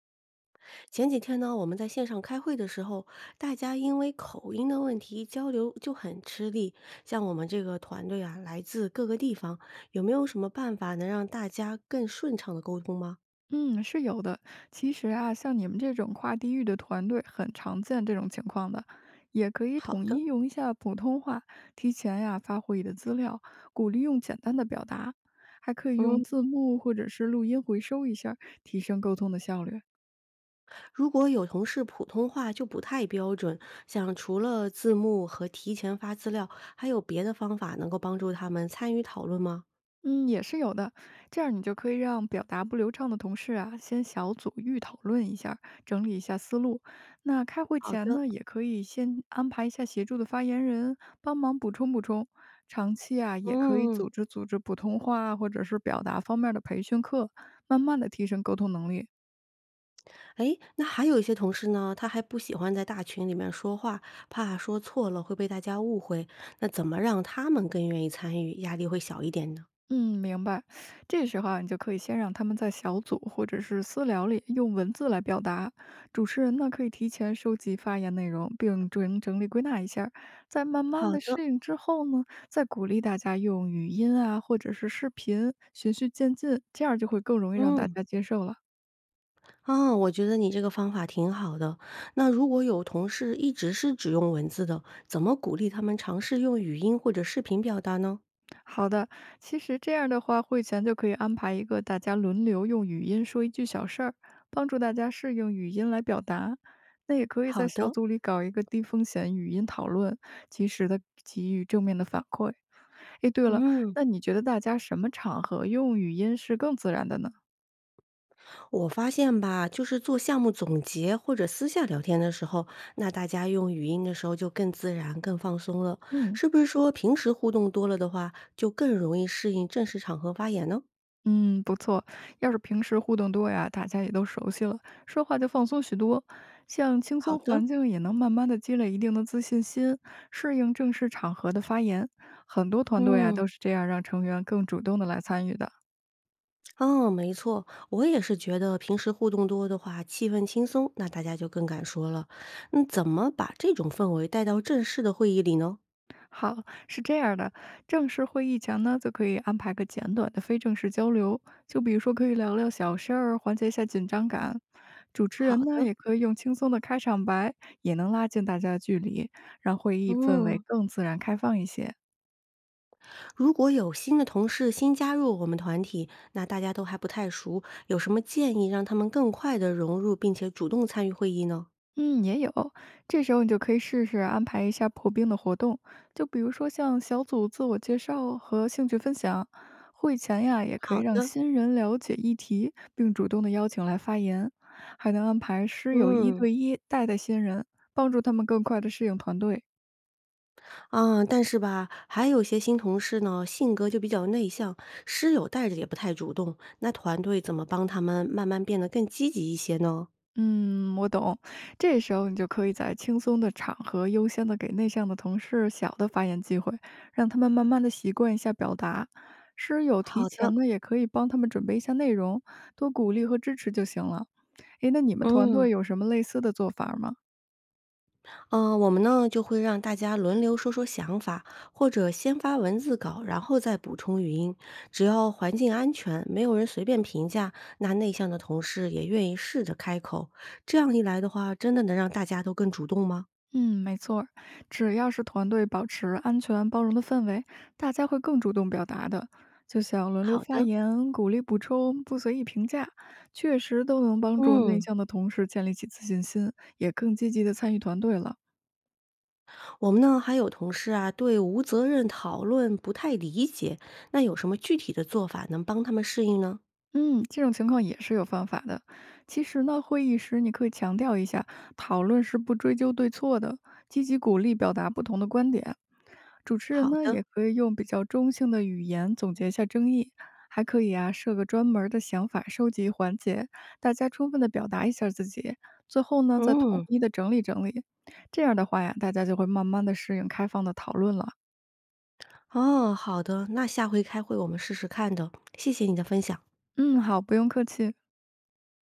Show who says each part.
Speaker 1: 前几天呢，我们在线上开会的时候，大家因为口音的问题交流就很吃力。像我们这个团队啊，来自各个地方，有没有什么办法能让大家更顺畅的沟通吗？
Speaker 2: 嗯，是有的。其实啊，像你们这种跨地域的团队，很常见这种情况的，也可以
Speaker 1: 好
Speaker 2: 统
Speaker 1: 的，
Speaker 2: 一用一下普通话，提前呀、发会议的资料，鼓励用简单的表达，还可以用
Speaker 1: 嗯。
Speaker 2: 字幕或者是录音回收一下儿，提升沟通的效率。
Speaker 1: 如果有同事普通话就不太标准，像除了字幕和提前发资料，还有别的方法能够帮助他们参与讨论吗？
Speaker 2: 嗯，也是有的。这样你就可以让表达不流畅的同事啊，先小组预讨论一下儿，整理一下思路。那开会
Speaker 1: 好
Speaker 2: 前
Speaker 1: 的，
Speaker 2: 呢，也可以先安排一下协助的发言人，帮忙补充补充。长期啊，也可以
Speaker 1: 嗯。
Speaker 2: 组织组织普通话或者是表达方面儿的培训课，慢慢的提升沟通能力。
Speaker 1: 诶，那还有一些同事呢，他还不喜欢在大群里面说话，怕说错了会被大家误会。那怎么让他们更愿意参与，压力会小一点呢？
Speaker 2: 嗯，明白。这时候啊，你就可以先让他们在小组或者是私聊里用文字来表达，主持人呢可以提前收集发言内容，并整整理归纳一下儿，在慢慢
Speaker 1: 好
Speaker 2: 的
Speaker 1: 的，
Speaker 2: 适应之后呢，再鼓励大家用语音啊或者是视频循序渐进，这样就会更容易让大
Speaker 1: 嗯，
Speaker 2: 家接受了。
Speaker 1: 啊，我觉得你这个方法挺好的。那如果有同事一直是只用文字的，怎么鼓励他们尝试用语音或者视频表达呢？
Speaker 2: 好的，其实这样的话，会前就可以安排一个大家轮流用语音说一句小事儿，帮助大家适应语音来表达。那也可以在
Speaker 1: 好
Speaker 2: 小
Speaker 1: 的，
Speaker 2: 组里搞一个低风险语音讨论，及时的给予正面的反馈。诶，对了，
Speaker 1: 嗯。
Speaker 2: 那你觉得大家什么场合用语音是更自然的呢？
Speaker 1: 我发现吧，就是做项目总结或者私下聊天的时候，那大家用语音的时候就更自然、更放松了。
Speaker 2: 嗯。
Speaker 1: 是不是说平时互动多了的话，就更容易适应正式场合发言呢？
Speaker 2: 嗯，不错。要是平时互动多呀，大家也都熟悉了，说话就放松许多。像轻
Speaker 1: 好
Speaker 2: 松
Speaker 1: 的，
Speaker 2: 环境也能慢慢的积累一定的自信心，适应正式场合的发言。很多团队啊
Speaker 1: 嗯，
Speaker 2: 都是这样让成员更主动的来参与的。
Speaker 1: 哦，没错，我也是觉得平时互动多的话，气氛轻松，那大家就更敢说了。那怎么把这种氛围带到正式的会议里呢？
Speaker 2: 好，是这样的，正式会议前呢，就可以安排个简短的非正式交流，就比如说可以聊聊小事儿，缓解一下紧张感。主持
Speaker 1: 好
Speaker 2: 人呢，
Speaker 1: 的，
Speaker 2: 也可以用轻松的开场白，也能拉近大家的距离，让会议氛围
Speaker 1: 嗯。
Speaker 2: 更自然开放一些。
Speaker 1: 如果有新的同事新加入我们团体，那大家都还不太熟，有什么建议让他们更快的融入并且主动参与会议呢？
Speaker 2: 嗯，也有。这时候你就可以试试安排一下破冰的活动，就比如说像小组自我介绍和兴趣分享。会前呀，也可以
Speaker 1: 好
Speaker 2: 让
Speaker 1: 的，
Speaker 2: 新人了解议题，并主动的邀请来发言，还能安排师友一
Speaker 1: 嗯
Speaker 2: 对一带带新人，帮助他们更快的适应团队。
Speaker 1: 啊，但是吧，还有些新同事呢，性格就比较内向，师友带着也不太主动，那团队怎么帮他们慢慢变得更积极一些呢？
Speaker 2: 嗯，我懂。这时候你就可以在轻松的场合，优先的给内向的同事小的发言机会，让他们慢慢的习惯一下表达。室友提
Speaker 1: 好的，
Speaker 2: 前呢，也可以帮他们准备一下内容，多鼓励和支持就行了。诶，那你们团
Speaker 1: 嗯。
Speaker 2: 队有什么类似的做法吗？
Speaker 1: 嗯，我们呢就会让大家轮流说说想法，或者先发文字稿，然后再补充语音。只要环境安全，没有人随便评价，那内向的同事也愿意试着开口。这样一来的话，真的能让大家都更主动吗？
Speaker 2: 嗯，没错儿，只要是团队保持安全包容的氛围，大家会更主动表达的。就像轮流
Speaker 1: 好
Speaker 2: 发
Speaker 1: 的。
Speaker 2: 言、鼓励补充、不随意评价，确实都能帮助内
Speaker 1: 嗯，
Speaker 2: 向的同事建立起自信心，也更积极的参与团队了。
Speaker 1: 我们呢还有同事啊，对无责任讨论不太理解，那有什么具体的做法能帮他们适应呢？
Speaker 2: 嗯，这种情况也是有方法的。其实呢，会议时你可以强调一下，讨论是不追究对错的，积极鼓励表达不同的观点，主持人
Speaker 1: 好
Speaker 2: 呢，
Speaker 1: 的，
Speaker 2: 也可以用比较中性的语言总结一下争议，还可以啊设个专门儿的想法收集环节，大家充分的表达一下自己，最后呢再统
Speaker 1: 嗯，
Speaker 2: 一的整理整理。这样的话呀，大家就会慢慢的适应开放的讨论了。
Speaker 1: 哦，好的，那下回开会我们试试看的，谢谢你的分享。
Speaker 2: 嗯，好，不用客气。